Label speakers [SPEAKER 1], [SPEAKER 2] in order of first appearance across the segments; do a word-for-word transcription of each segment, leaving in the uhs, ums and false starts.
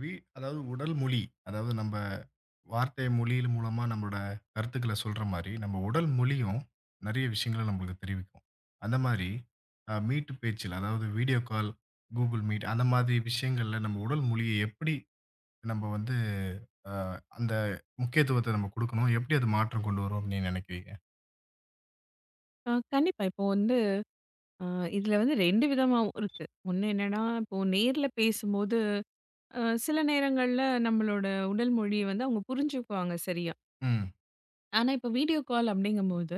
[SPEAKER 1] வீ அதாவது உடல் மொழி. அதாவது நம்ப வார்த்தை மொழியின் மூலமா நம்மளோட கருத்துக்கள சொல்ற மாரி, நம்ம உடல் மொழியும் நெறைய விஷயங்கள நம்மளுக்கு தெரிவிக்கும். அந்த மாரி அ மீட்டு பேச்சில, அதாவது வீடியோ கால், கூகுள் மீட் அந்த மாதிரி விஷயங்கள்ல நம்ம உடல் மொழிய எப்படி நம்ம வந்து அ அந்த முக்கியத்துவத்த நம்ம குடுக்கணும்? எப்படி அது மாற்றம் கொண்டு வரும்னு நீங்க நெனைக்கிறீங்க?
[SPEAKER 2] ஆ கண்டிப்பா. இப்போ வந்து அ இதுல வந்து ரெண்டு விதமாவும் இருக்கு. ஒண்ணு என்னன்னா, இப்போ நேர்ல பேசும்போது, அ சில நேரங்கள்ல நம்மளோட உடல் மொழிய வந்து அவங்க புரிஞ்சுக்குவாங்க சரியா.
[SPEAKER 1] ம்.
[SPEAKER 2] ஆனா, இப்போ வீடியோ கால் அப்படிங்கும்போது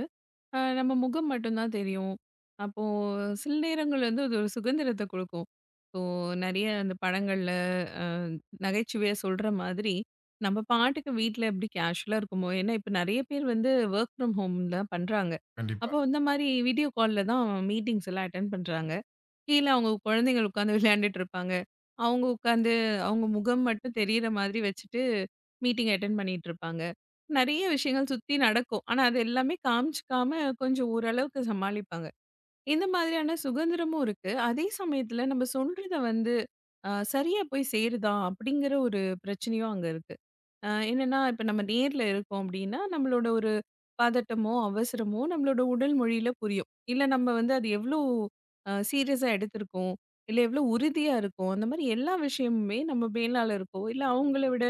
[SPEAKER 2] அ நம்ம முகம் மட்டும் தான் தெரியும். அப்போ சில நேரங்கள்ல வந்து அது ஒரு சுதந்திரத்த குடுக்கும். இப்போ நெறைய அந்த படங்கள்ல அ நகைச்சுவையா சொல்ற மாதிரி, நம்ம பாட்டுக்கு வீட்ல எப்படி கேஷுவலா இருக்குமோ, ஏன்னா இப்ப நெறைய பேர் வந்து வொர்க் ஃப்ரம் ஹோம் தான் பண்றாங்க.
[SPEAKER 1] கண்டிப்பா,
[SPEAKER 2] அப்போ இந்த மாரி வீடியோ கால்ல தான் மீட்டிங்ஸ் எல்லாம் அட்டெண்ட் பண்றாங்க. கீழ அவங்க குழந்தைகள் உட்காந்து விளையாண்டுட்டு இருப்பாங்க. அவங்க உட்காந்து அவங்க முகம் மட்டும் தெரியிற மாதிரி வச்சுட்டு மீட்டிங் அட்டெண்ட் பண்ணிட்டு இருப்பாங்க. நெறைய விஷயங்கள் சுத்தி நடக்கும். ஆனா அது எல்லாமே காமிச்சுக்காம கொஞ்சம் ஓரளவுக்கு சமாளிப்பாங்க. இந்த மாதிரியான சுதந்திரமும் இருக்கு. அதே சமயத்துல நம்ம சொல்றத வந்து அ சரியா போய் சேருதா? அப்படிங்கிற ஒரு பிரச்சனையும் அங்க இருக்கு. அ என்னன்னா, இப்ப நம்ம நேர்ல இருக்கோம் அப்டின்னா, நம்மளோட ஒரு பதட்டமோ, அவசரமோ நம்மளோட உடல் மொழியில புரியும். இல்ல நம்ம வந்து அது எவ்ளோ அ சீரியஸா எடுத்திருக்கோம், இல்ல எவ்ளோ உறுதியா இருக்கோம், அந்த மாரி எல்லா விஷயமுமே நம்ம மேலாளருக்கோ, இல்ல அவங்கள விட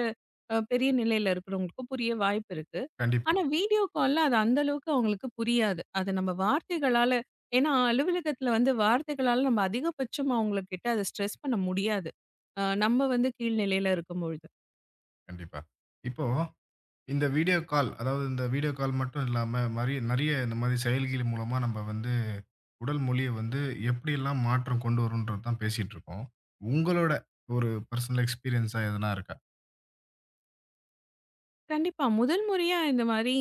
[SPEAKER 2] அ பெரிய நிலையில இருக்கிறவங்களுக்கோ புரிய வாய்ப்பு இருக்கு.
[SPEAKER 1] கண்டிப்பா,
[SPEAKER 2] ஆனா வீடியோ கால்ல அது அந்த அளவுக்கு அவங்களுக்கு புரியாது. அது நம்ம வார்த்தைகளால, ஏன்னா அலுவலகத்தில வந்து வார்த்தைகளால நம்ம அதிகபட்சமா அவங்ககிட்ட அத ஸ்ட்ரெஸ் பண்ண முடியாது. அ நம்ம வந்து கீழ்நிலையில இருக்கும்பொழுது.
[SPEAKER 1] கண்டிப்பா. இப்போ இந்த வீடியோ கால், அதாவது இந்த வீடியோ கால் மட்டும் இல்லாம மாரி நெறைய இந்த மாரி செயலிகள் மூலமா நம்ம வந்து உடல் மொழிய வந்து எப்படியெல்லாம் மாற்றம் கொண்டு வரும்ன்றது தான் பேசிட்டு இருக்கோம். உங்களோட ஒரு பர்சனல் எக்ஸ்பீரியன்ஸா எதனா இருக்கா?
[SPEAKER 2] கண்டிப்பா. முதல் முறையா இந்த மாரி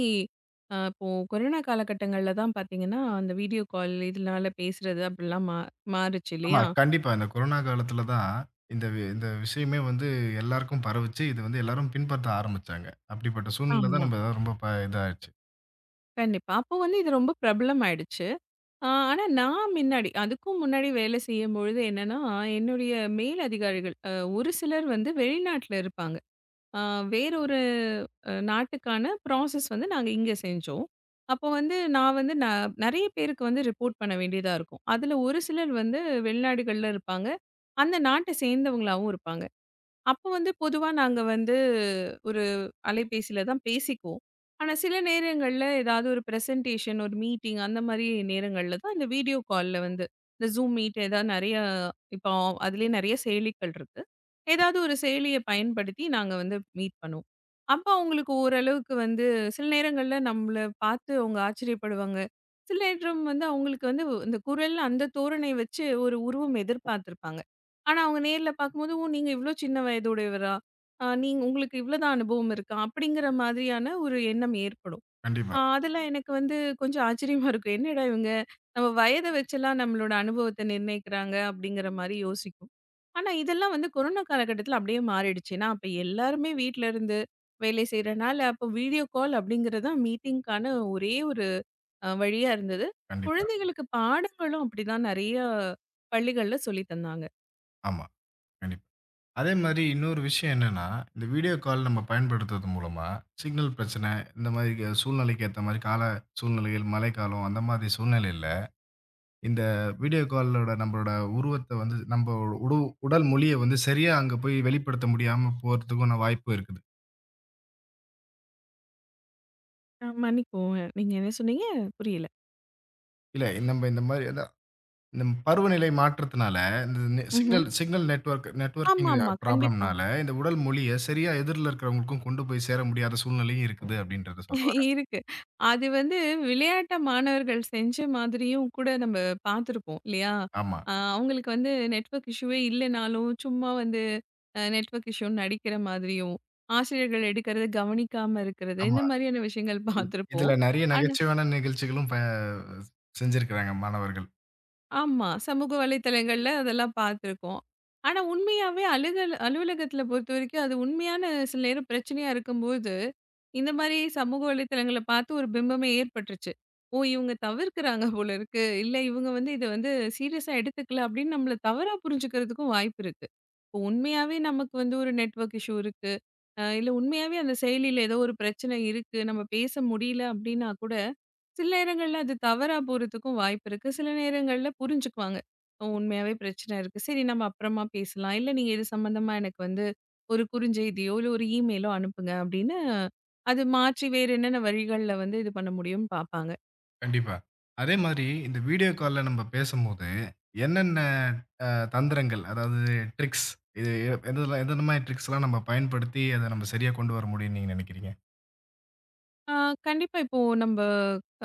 [SPEAKER 2] அ இப்போ கொரோனா காலகட்டங்கள்ல தான் பார்த்தீங்கன்னா, அந்த வீடியோ கால் இதனால பேசுறது அப்படிலாம் மா மாறுச்சு
[SPEAKER 1] ஆமா,
[SPEAKER 2] இல்லையா?
[SPEAKER 1] கண்டிப்பா. இந்த கொரோனா காலத்துல தான் இந்த வி இந்த விஷயமே வந்து எல்லாருக்கும் பரவுச்சு. இது வந்து எல்லாரும் பின்பற்ற ஆரம்பிச்சாங்க. அப்படிப்பட்ட சூழ்நிலை தான்
[SPEAKER 2] ஆமா.
[SPEAKER 1] நம்ம எதாவது ரொம்ப ப இதாச்சு.
[SPEAKER 2] கண்டிப்பா. அப்போ வந்து இது ரொம்ப பிரபலம் ஆயிடுச்சு. அ ஆனா நான் முன்னாடி அதுக்கும் முன்னாடி வேலை செய்யும்பொழுது என்னன்னா, என்னுடைய மேல் அதிகாரிகள் அ ஒரு சிலர் வந்து வெளிநாட்ல இருப்பாங்க. ஆ வேறொரு அ நாட்டுக்கான ப்ராசஸ் வந்து நாங்க இங்க செஞ்சோம். அப்போ வந்து நான் வந்து ந நெறைய பேருக்கு வந்து ரிப்போர்ட் பண்ண வேண்டியதா இருக்கும். அதுல ஒரு சிலர் வந்து வெளிநாடுகள்ல இருப்பாங்க. அந்த நாட்ட சேர்ந்தவங்களாவும் இருப்பாங்க. அப்போ வந்து பொதுவா நாங்க வந்து ஒரு அலைபேசியில தான் பேசிக்குவோம். ஆனா, சில நேரங்கள்ல ஏதாவது ஒரு பிரசன்டேஷன், ஒரு மீட்டிங் அந்த மாரி நேரங்கள்ல தான் இந்த வீடியோ கால்ல வந்து இந்த Zoom மீட் ஏதாவது நெறைய இப்போ அதிலயே நெறைய செயலிகள் இருக்கு. ஏதாவது ஒரு செயலிய பயன்படுத்தி நாங்க வந்து மீட் பண்ணுவோம். அப்ப அவங்களுக்கு ஓரளவுக்கு வந்து சில நேரங்கள்ல நம்மள பார்த்து அவங்க ஆச்சரியப்படுவாங்க. சில நேரம் வந்து அவங்களுக்கு வந்து இந்த குரல் அந்த தோரணை வச்சு ஒரு உருவம் எதிர்பார்த்திருப்பாங்க. ஆனா, அவங்க நேர்ல பார்க்கும்போது, "ஓ! நீங்க இவ்ளோ சின்ன வயதுடையவரா? அ நீங்க உங்களுக்கு இவ்ளோ தான் அனுபவம் இருக்கா?" அப்படிங்கிற மாதிரியான ஒரு எண்ணம் ஏற்படும்.
[SPEAKER 1] கண்டிப்பா,
[SPEAKER 2] அ அதெல்லாம் எனக்கு வந்து கொஞ்சம் ஆச்சரியமா இருக்கும். என்னடா இவங்க நம்ம வயத வச்செல்லாம் நம்மளோட அனுபவத்த நிர்ணயிக்கிறாங்க, அப்படிங்கிற மாரி யோசிக்கும். ஆனா, இதெல்லாம் வந்து கொரோனா காலகட்டத்தில அப்படியே மாறிடுச்சு. ஏன்னா, அப்ப எல்லாருமே வீட்ல இருந்து வேலை செய்றனால, அப்போ வீடியோ கால் அப்படிங்கிறது தான் மீட்டிங்க்கான ஒரே ஒரு அ வழியா இருந்தது.
[SPEAKER 1] கண்டிப்பா.
[SPEAKER 2] குழந்தைகளுக்கு பாடங்களும் அப்படிதான் நெறைய பள்ளிகள்ல சொல்லி தந்தாங்க.
[SPEAKER 1] ஆமா, கண்டிப்பா. அதே மாரி இன்னொரு விஷயம் என்னன்னா, இந்த வீடியோ கால் நம்ம பயன்படுத்துறது மூலமா சிக்னல் பிரச்சனை, இந்த மாரி சூழ்நிலைக்கு ஏத்த மாரி கால சூழ்நிலைகள், மழைக்காலம் அந்த மாதிரி சூழ்நிலையில இந்த வீடியோ காலோட நம்மளோட உருவத்த வந்து நம்ம உடு உடல் மொழிய வந்து சரியா அங்க போய் வெளிப்படுத்த முடியாம போறதுக்கான வாய்ப்பு இருக்குது.
[SPEAKER 2] அ மன்னிக்கவும். நீங்க என்ன சொன்னீங்க? புரியல.
[SPEAKER 1] இல்ல நம்ம இந்த மாரி அதான் இந்த பருவநிலை மாற்றத்தினால, இந்த நெ
[SPEAKER 2] ம்ஹ்ம்.
[SPEAKER 1] சிக்னல் சிக்னல் நெட்வொர்க் நெட்வொர்க்கிங்
[SPEAKER 2] ஆமாமா. கண்டிப்பா.
[SPEAKER 1] ப்ராப்ளம்னால இந்த உடல் மொழிய சரியா எதிர்ல இருக்கிறவங்களுக்கும் கொண்டு போய் சேர முடியாத சூழ்நிலையும் இருக்குது அப்படின்றத சொல்ல வரேன்.
[SPEAKER 2] இருக்கு. அது வந்து விளையாட்ட மாணவர்கள் செஞ்ச மாதிரியும் கூட நம்ம பார்த்துருப்போம் இல்லையா?
[SPEAKER 1] ஆமா,
[SPEAKER 2] அ அவங்களுக்கு வந்து நெட்வொர்க் இஷ்யூவே இல்லனாலும், சும்மா வந்து அ நெட்வொர்க் இஷ்யூன்னு நடிக்கிற மாதிரியும், ஆசிரியர்கள் எடுக்கிறத கவனிக்காம இருக்கிறது,
[SPEAKER 1] ஆமா.
[SPEAKER 2] இந்த மாதிரியான விஷயங்கள் பார்த்துருப்போம்.
[SPEAKER 1] இதுல நெறைய
[SPEAKER 2] ஆனா
[SPEAKER 1] நகைச்சுவையான நிகழ்ச்சிகளும் ப செஞ்சிருக்கிறாங்க மாணவர்கள்.
[SPEAKER 2] ஆமா. சமூக வலைத்தளங்கள்ல அதெல்லாம் பார்த்துருக்கோம். ஆனா உண்மையாவே அலுகல் அலுவலகத்தில பொறுத்தவரைக்கும் அது உண்மையான சில நேரம் பிரச்சனையா இருக்கும்போது, இந்த மாரி சமூக வலைத்தளங்கள பார்த்து ஒரு பிம்பமே ஏற்பட்டுருச்சு. ஓ! இவங்க தவிர்க்கிறாங்க போல இருக்கு. இல்ல இவங்க வந்து இத வந்து சீரியஸா எடுத்துக்கல அப்படின்னு நம்மள தவறா புரிஞ்சுக்கிறதுக்கும் வாய்ப்பு இருக்கு. இப்போ உண்மையாவே நமக்கு வந்து ஒரு நெட்வொர்க் இஷ்யூ இருக்கு. அ இல்ல உண்மையாவே அந்த செயலியில ஏதோ ஒரு பிரச்சனை இருக்கு. நம்ம பேச முடியல அப்படின்னா கூட சில நேரங்கள்ல அது தவறா போறதுக்கும் வாய்ப்பு இருக்கு. சில நேரங்கள்ல புரிஞ்சுக்குவாங்க. "ஓ! உண்மையாவே பிரச்சனை இருக்கு. சரி நம்ம அப்புறமா பேசலாம். இல்ல நீங்க இது சம்மந்தமா எனக்கு வந்து ஒரு குறுஞ்செய்தியோ, இல்ல ஒரு இமெயிலோ அனுப்புங்க." அப்படின்னு அது மாற்றி வேற என்னென்ன வழிகள்ல வந்து இது பண்ண முடியும்னு பார்ப்பாங்க.
[SPEAKER 1] கண்டிப்பா. அதே மாதிரி இந்த வீடியோ கால்ல நம்ம பேசும்போது, என்னென்ன அ தந்திரங்கள், அதாவது ட்ரிக்ஸ் இது எந்தெல்லாம் எந்தெந்த மாரி ட்ரிக்ஸ்லாம் நம்ம பயன்படுத்தி, அத நம்ம சரியா கொண்டு வர முடியும்னு நீங்க நினைக்கிறீங்க?
[SPEAKER 2] ஆ கண்டிப்பா இப்போ நம்ப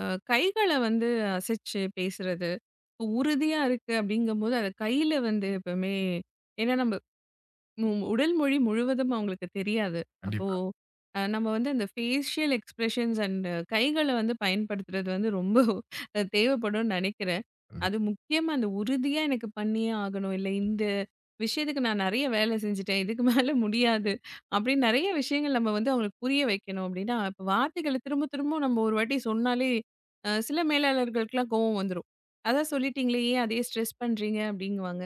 [SPEAKER 2] அ கைகள வந்து அசைச்சு பேசுறது, இப்போ உறுதியா இருக்கு அப்படிங்கும்போது அத கையில வந்து எப்பவுமே, ஏன்னா நம்ம மு உடல் மொழி முழுவதும் அவங்களுக்கு தெரியாது. அப்போ
[SPEAKER 1] கண்டிப்பா,
[SPEAKER 2] அ நம்ம வந்து அந்த ஃபேஷியல் எக்ஸ்பிரஷன்ஸ் அண்ட் கைகள வந்து பயன்படுத்துறது வந்து ரொம்ப அ தேவைப்படும்னு நெனைக்கிறேன். அது
[SPEAKER 1] கண்டிப்பா.
[SPEAKER 2] முக்கியமா அந்த உறுதியா எனக்கு பண்ணியே ஆகணும். இல்ல இந்த விஷயத்துக்கு நான் நெறைய வேலை செஞ்சுட்டேன். இதுக்கு மேல முடியாது. அப்படின்னு நெறைய விஷயங்கள் நம்ம வந்து அவங்களுக்கு புரிய வைக்கணும் அப்படின்னா, இப்ப வார்த்தைகள திரும்ப திரும்ப நம்ம ஒரு வாட்டி சொன்னாலே அ சில மேலாளர்களுக்குலாம் கோவம் வந்துரும். "அதான் சொல்லிட்டீங்களே, ஏன் அதையே ஸ்ட்ரெஸ் பண்றீங்க?" அப்படிங்குவாங்க.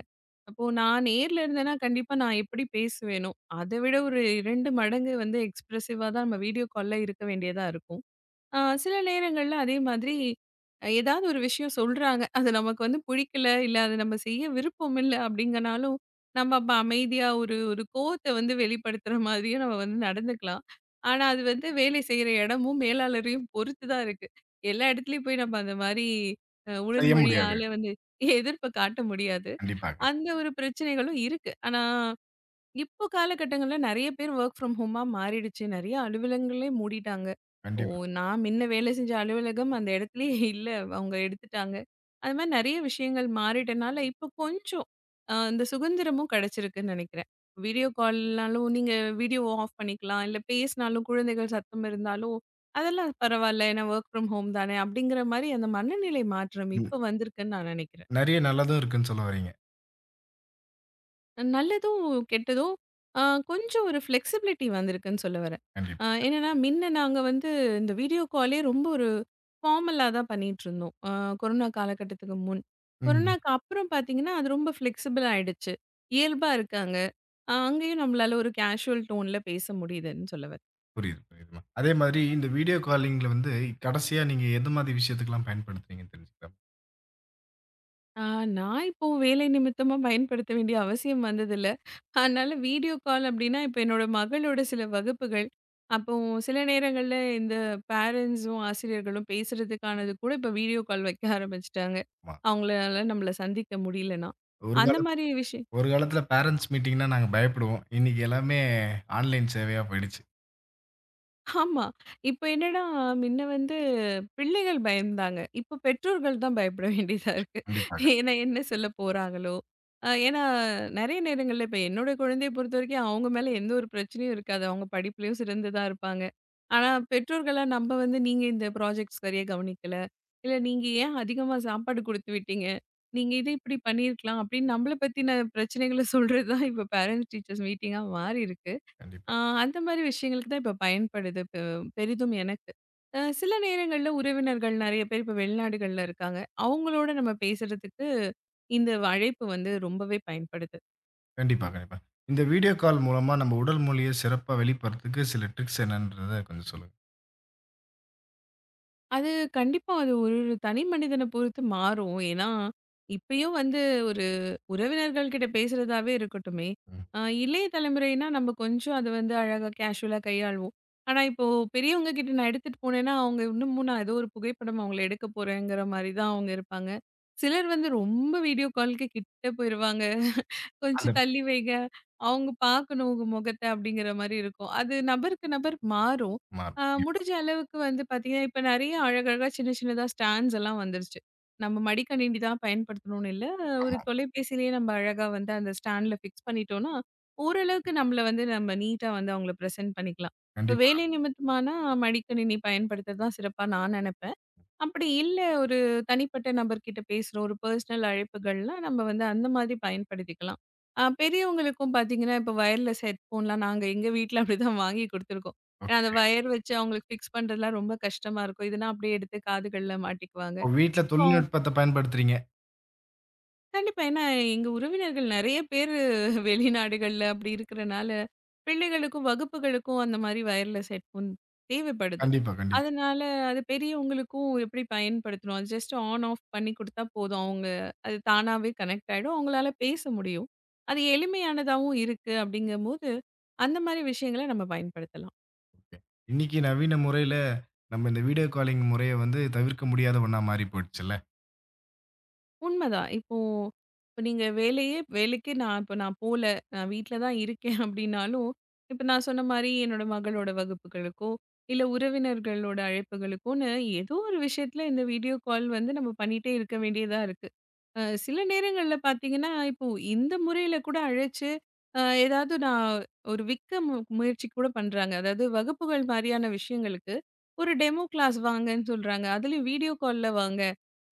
[SPEAKER 2] அப்போ நான் நேர்ல இருந்தேன்னா, கண்டிப்பா நான் எப்படி பேசுவேனோ, அத விட ஒரு ரெண்டு மடங்கு வந்து எக்ஸ்பிரசிவா தான் நம்ம வீடியோ கால்ல இருக்க வேண்டியதா இருக்கும். அ சில நேரங்கள்ல அதே மாதிரி அஹ் ஏதாவது ஒரு விஷயம் சொல்றாங்க. அது நமக்கு வந்து பிடிக்கல, இல்ல அது நம்ம செய்ய விருப்பம் இல்ல அப்படிங்கனாலும், நம்ம அப்ப அமைதியா ஒரு ஒரு கோவத்த வந்து வெளிப்படுத்துற மாதிரியும் நம்ம வந்து நடந்துக்கலாம். ஆனா, அது வந்து வேலை செய்ற இடமும், மேலாளரையும் பொறுத்து தான் இருக்கு. எல்லா இடத்துலயும் போய் நம்ம அந்த மாரி அ உடல்
[SPEAKER 1] செய்ய முடியாது.
[SPEAKER 2] மொழியால வந்து எதிர்ப்ப காட்ட முடியாது.
[SPEAKER 1] கண்டிப்பா,
[SPEAKER 2] அந்த ஒரு பிரச்சனைகளும் இருக்கு. ஆனா, இப்போ காலகட்டங்கள்ல நெறைய பேர் வொர்க் ஃப்ரம் ஹோமா மாறிடுச்சு. நெறைய அலுவலகங்களே மூடிட்டாங்க. ஓ!
[SPEAKER 1] கண்டிப்பா.
[SPEAKER 2] நான் முன்ன வேலை செஞ்ச அலுவலகம் அந்த இடத்துலயே இல்ல. அவங்க எடுத்துட்டாங்க. அது மாரி நெறைய விஷயங்கள் மாறிட்டனால, இப்போ கொஞ்சம் அ இந்த சுதந்திரமும் கிடைச்சிருக்குன்னு நெனைக்கிறேன். வீடியோ கால்னாலும் நீங்க வீடியோவ ஆஃப் பண்ணிக்கலாம். இல்ல பேசினாலும் குழந்தைகள் சத்தம் இருந்தாலும், அதெல்லாம் பரவால்ல. ஏன்னா வொர்க் ஃப்ரம் ஹோம் தானே! அப்படிங்கிற மாரி அந்த மனநிலை மாற்றம்
[SPEAKER 1] ம்.
[SPEAKER 2] இப்போ வந்திருக்குன்னு நான் நெனைக்கிறேன்.
[SPEAKER 1] நெறைய நல்லதும் இருக்குன்னு சொல்ல வர்றீங்க.
[SPEAKER 2] நல்லதும், கெட்டதும், அ கொஞ்சம் ஒரு ஃப்ளெக்ஸிபிலிட்டி வந்திருக்குன்னு சொல்ல வரேன்.
[SPEAKER 1] கண்டிப்பா.
[SPEAKER 2] அ என்னன்னா, மின்ன நாங்க வந்து இந்த வீடியோ காலே ரொம்ப ஒரு ஃபார்மலா தான் பண்ணிட்டுருந்தோம். அ கொரோனா காலகட்டத்துக்கு முன்.
[SPEAKER 1] ம்.
[SPEAKER 2] கொரோனாக்கு அப்புறம் பார்த்தீங்கன்னா, அது ரொம்ப ஃப்ளெக்ஸிபிள் ஆயிடுச்சு. இயல்பா இருக்காங்க. அ அங்கேயும் நம்மளால ஒரு கேஷுவல் டோன்ல பேச முடியுதுன்னு சொல்ல வரேன்.
[SPEAKER 1] புரியுது, புரியுதும்மா. அதே மாதிரி இந்த வீடியோ காலிங்ல வந்து கடைசியா நீங்க எந்த மாதிரி விஷயத்துக்கெல்லாம் பயன்படுத்துறீங்கன்னு தெரிஞ்சுக்கலாமா?
[SPEAKER 2] ஆ நான் இப்போ வேலை நிமித்தமா பயன்படுத்த வேண்டிய அவசியம் வந்ததில்ல. அதனால வீடியோ கால் அப்டின்னா, இப்ப என்னோட மகளோட சில வகுப்புகள். அப்போ சில நேரங்கள்ல இந்த பேரண்ட்ஸும், ஆசிரியர்களும் பேசுறதுக்கானது கூட இப்ப வீடியோ கால் வைக்க ஆரம்பிச்சுட்டாங்க. அவங்களால நம்மள சந்திக்க முடியலன்னா.
[SPEAKER 1] ஒரு
[SPEAKER 2] அந்த
[SPEAKER 1] கால
[SPEAKER 2] மாரி விஷயம்.
[SPEAKER 1] ஒரு காலத்துல பேரன்ட்ஸ் மீட்டிங்ன்னா நாங்க பயப்படுவோம். இன்னைக்கு எல்லாமே ஆன்லைன் சேவையா போயிடுச்சு.
[SPEAKER 2] ஆமா. இப்ப என்னன்னா, முன்ன வந்து பிள்ளைகள் பயந்தாங்க. இப்ப பெற்றோர்கள் தான் பயப்பட வேண்டியதா இருக்கு.
[SPEAKER 1] கண்டிப்பா.
[SPEAKER 2] ஏன்னா, என்ன சொல்ல போறாங்களோ? அ ஏன்னா, நெறைய நேரங்கள்ல இப்ப என்னோட குழந்தைய பொறுத்தவரைக்கும், அவங்க மேல எந்த ஒரு பிரச்சனையும் இருக்காது. அவங்க படிப்புலயும் சிறந்து தான் இருப்பாங்க. ஆனா, பெற்றோர்களா நம்ம வந்து, "நீங்க இந்த ப்ராஜெக்ட் சரியா கவனிக்கல. இல்ல நீங்க ஏன் அதிகமா சாப்பாடு குடுத்து விட்டீங்க? நீங்க இத இப்படி பண்ணியிருக்கலாம்." அப்படின்னு நம்மள பத்தின பிரச்சனைகள சொல்றது தான் இப்ப பேரண்ட்ஸ் டீச்சர்ஸ் மீட்டிங்கா மாறியிருக்கு.
[SPEAKER 1] கண்டிப்பா.
[SPEAKER 2] ஆ, அந்த மாரி விஷயங்களுக்கு தான் இப்ப பயன்படுது பெ பெரிதும் எனக்கு. அ சில நேரங்கள்ல உறவினர்கள் நெறைய பேர் இப்ப வெளிநாடுகள்ல இருக்காங்க. அவங்களோட நம்ம பேசுறதுக்கு இந்த அழைப்பு வந்து ரொம்பவே பயன்படுது.
[SPEAKER 1] கண்டிப்பா, கண்டிப்பா. இந்த வீடியோ கால் மூலமா நம்ம உடல் மொழிய சிறப்பா வெளிப்படுறதுக்கு சில ட்ரிக்ஸ் என்னன்றத கொஞ்சம் சொல்லுங்க.
[SPEAKER 2] அது கண்டிப்பா அது ஒரு ஒரு தனி மனிதன பொறுத்து மாறும். ஏன்னா, இப்பயும் வந்து ஒரு உறவினர்கள் கிட்ட பேசுறதாவே இருக்கட்டுமே,
[SPEAKER 1] ம்.
[SPEAKER 2] அ இளைய தலைமுறைனா நம்ம கொஞ்சம் அது வந்து அழகா கேஷுவலா கையாளுவோம். ஆனா இப்போ பெரியவங்க கிட்ட நான் எடுத்துட்டு போனேன்னா, அவங்க இன்னமும் நான் ஏதோ ஒரு புகைப்படம் அவங்கள எடுக்க போறேங்கிற மாரி தான் அவங்க இருப்பாங்க. சிலர் வந்து ரொம்ப வீடியோ காலுக்கு கிட்ட போயிருவாங்க.
[SPEAKER 1] அந்த
[SPEAKER 2] கொஞ்சம் தள்ளி வைங்க. அவங்க பார்க்கணும் உங்க முகத்த அப்படிங்கிற மாரி இருக்கும். அது நபருக்கு நபர் மாறும்.
[SPEAKER 1] மா
[SPEAKER 2] அ
[SPEAKER 1] கண்டிப்பா.
[SPEAKER 2] முடிஞ்ச அளவுக்கு வந்து பார்த்தீங்கன்னா, இப்ப நெறைய அழகழகா சின்ன சின்னதா ஸ்டாண்ட்ஸ் எல்லாம் வந்துருச்சு. நம்ம மடிக்கணினி தான் பயன்படுத்தணும்னு இல்ல. ஒரு
[SPEAKER 1] ஆமா.
[SPEAKER 2] தொலைபேசியிலேயே நம்ம அழகா வந்து அந்த ஸ்டாண்ட்ல ஃபிக்ஸ் பண்ணிட்டோம்னா, ஓரளவுக்கு நம்மள வந்து நம்ம நீட்டா வந்து அவங்கள பிரசன்ட் பண்ணிக்கலாம். இப்ப
[SPEAKER 1] கண்டிப்பா.
[SPEAKER 2] வேலை நிமித்தமானா மடிக்கணினி பயன்படுத்துறது தான் சிறப்பா நான் நெனப்பேன். அப்படி இல்ல, ஒரு தனிப்பட்ட நபர்கிட்ட பேசுறோம். ஒரு பர்சனல் அழைப்புகள்லாம் நம்ம வந்து அந்த மாதிரி பயன்படுத்திக்கலாம். அ பெரியவங்களுக்கும் பார்த்தீங்கன்னா, இப்போ வயர்லெஸ் ஹெட்ஃபோன்லாம் நாங்க எங்க வீட்ல அப்படிதான் வாங்கி குடுத்துருக்கோம். ஏன்னா, அந்த வயர் வச்சு அவங்களுக்கு ஃபிக்ஸ் பண்றதுலாம் ரொம்ப கஷ்டமா இருக்கும். இதுனா அப்படியே எடுத்து காதுகள்ல மாட்டிக்குவாங்க.
[SPEAKER 1] இப்போ வீட்ல தொழில்நுட்பத்த பயன்படுத்துறீங்க.
[SPEAKER 2] கண்டிப்பா. ஏன்னா, எங்க உறவினர்கள் நெறைய பேரு வெளிநாடுகள்ல அப்படி இருக்கிறனால, பிள்ளைகளுக்கும், வகுப்புகளுக்கும் அந்த மாரி வயர்லெஸ் ஹெட்ஃபோன் தேவைப்படுது.
[SPEAKER 1] கண்டிப்பா, கண்டிப்பா.
[SPEAKER 2] அதனால அது பெரியவங்களுக்கும் எப்படி பயன்படுத்தணும்? அது ஜஸ்ட் ஆன், ஆஃப் பண்ணி குடுத்தா போதும். அவங்க அது தானாவே கனெக்ட் ஆயிடும். அவங்களால பேச முடியும். அது எளிமையானதாவும் இருக்கு அப்படிங்கும்போது, அந்த மாரி விஷயங்கள நம்ம பயன்படுத்தலாம்.
[SPEAKER 1] ஓகே. இன்னைக்கு நவீன முறையில நம்ம இந்த வீடியோ காலிங் முறைய வந்து தவிர்க்க முடியாத ஒண்ணா மாறி போயிடுச்சுல்ல.
[SPEAKER 2] உண்மதான். இப்போ இப்ப நீங்க வேலையே வேலைக்கே நான் இப்ப நான் போல. நான் வீட்ல தான் இருக்கேன் அப்டின்னாலும், இப்ப நான் சொன்ன மாரி என்னோட மகளோட வகுப்புகளுக்கோ, இல்ல உறவினர்களோட அழைப்புகளுக்கோன்னு ஏதோ ஒரு விஷயத்துல இந்த வீடியோ கால் வந்து நம்ம பண்ணிட்டே இருக்க வேண்டியதா இருக்கு. அ சில நேரங்கள்ல பார்த்தீங்கன்னா, இப்போ இந்த முறையில கூட அழைச்சு, அ ஏதாவது நான் ஒரு விக்க மு முயற்சி கூட பண்றாங்க. அதாவது வகுப்புகள் மாரியான விஷயங்களுக்கு, ஒரு டெமோ கிளாஸ் வாங்கன்னு சொல்றாங்க. அதுலயும் வீடியோ கால்ல வாங்க.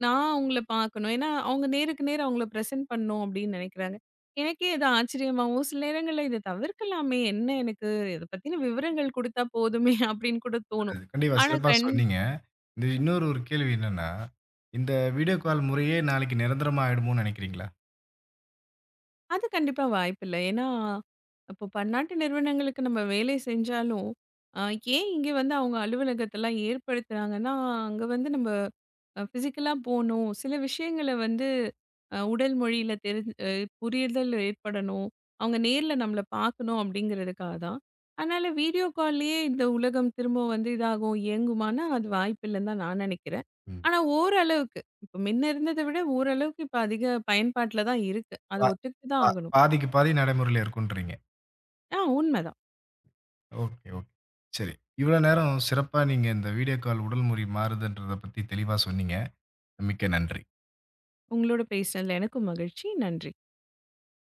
[SPEAKER 2] நான் உங்கள பார்க்கணும். ஏன்னா, அவங்க நேருக்கு நேரா அவங்கள பிரசன்ட் பண்ணணும் அப்படின்னு நெனைக்கிறாங்க. எனக்கே இது ஆச்சரியமாவும், சில நேரங்கள்ல இத தவிர்க்கலாமே! என்ன எனக்கு இத பத்தின விவரங்கள் குடுத்தா போதுமே! அப்படின்னு கூட தோணும்.
[SPEAKER 1] கண்டிப்பா
[SPEAKER 2] ஆனா
[SPEAKER 1] சிறப்பா
[SPEAKER 2] கண்
[SPEAKER 1] சொன்னீங்க. இந்த இன்னொரு ஒரு கேள்வி என்னன்னா, இந்த வீடியோ கால் முறையே நாளைக்கு நிரந்தரமா ஆயிடுமோன்னு நெனைக்கிறீங்களா?
[SPEAKER 2] அது கண்டிப்பா வாய்ப்பில்ல. ஏன்னா, இப்போ பன்னாட்டு நிறுவனங்களுக்கு நம்ம வேலை செஞ்சாலும், அ ஏன் இங்க வந்து அவங்க அலுவலகத்தலாம் ஏற்படுத்துறாங்கன்னா, அங்க வந்து நம்ம அ ஃபிசிக்கலா போணும். சில விஷயங்கள வந்து அ உடல் மொழியில தெரிஞ் அ புரிதல் ஏற்படணும். அவங்க நேர்ல நம்மள பார்க்கணும் அப்படிங்கிறதுக்காக தான். அதனால வீடியோ கால்லயே இந்த உலகம் திரும்ப வந்து இதாகும், இயங்குமானா அது வாய்ப்பில்லன்னு தான் நான் நெனைக்கிறேன்.
[SPEAKER 1] ம்.
[SPEAKER 2] ஆனா ஓரளவுக்கு. இப்ப முன்ன இருந்தத விட ஓரளவுக்கு இப்ப அதிக பயன்பாட்டுல தான் இருக்கு. அத
[SPEAKER 1] பா
[SPEAKER 2] ஒத்துக்கிட்டு தான்
[SPEAKER 1] பா
[SPEAKER 2] ஆகணும்.
[SPEAKER 1] பாதிக்கு பாதி நடைமுறையில இருக்குன்றீங்க.
[SPEAKER 2] ஆ உண்மதான்.
[SPEAKER 1] Okay, okay. சரி. இவ்வளோ நேரம் சிறப்பா நீங்க இந்த வீடியோ கால் உடல் மொழி மாறுதுன்றத பத்தி தெளிவா சொன்னீங்க. மிக்க நன்றி.
[SPEAKER 2] உங்களோட பேசுனதுல எனக்கும் மகிழ்ச்சி. நன்றி.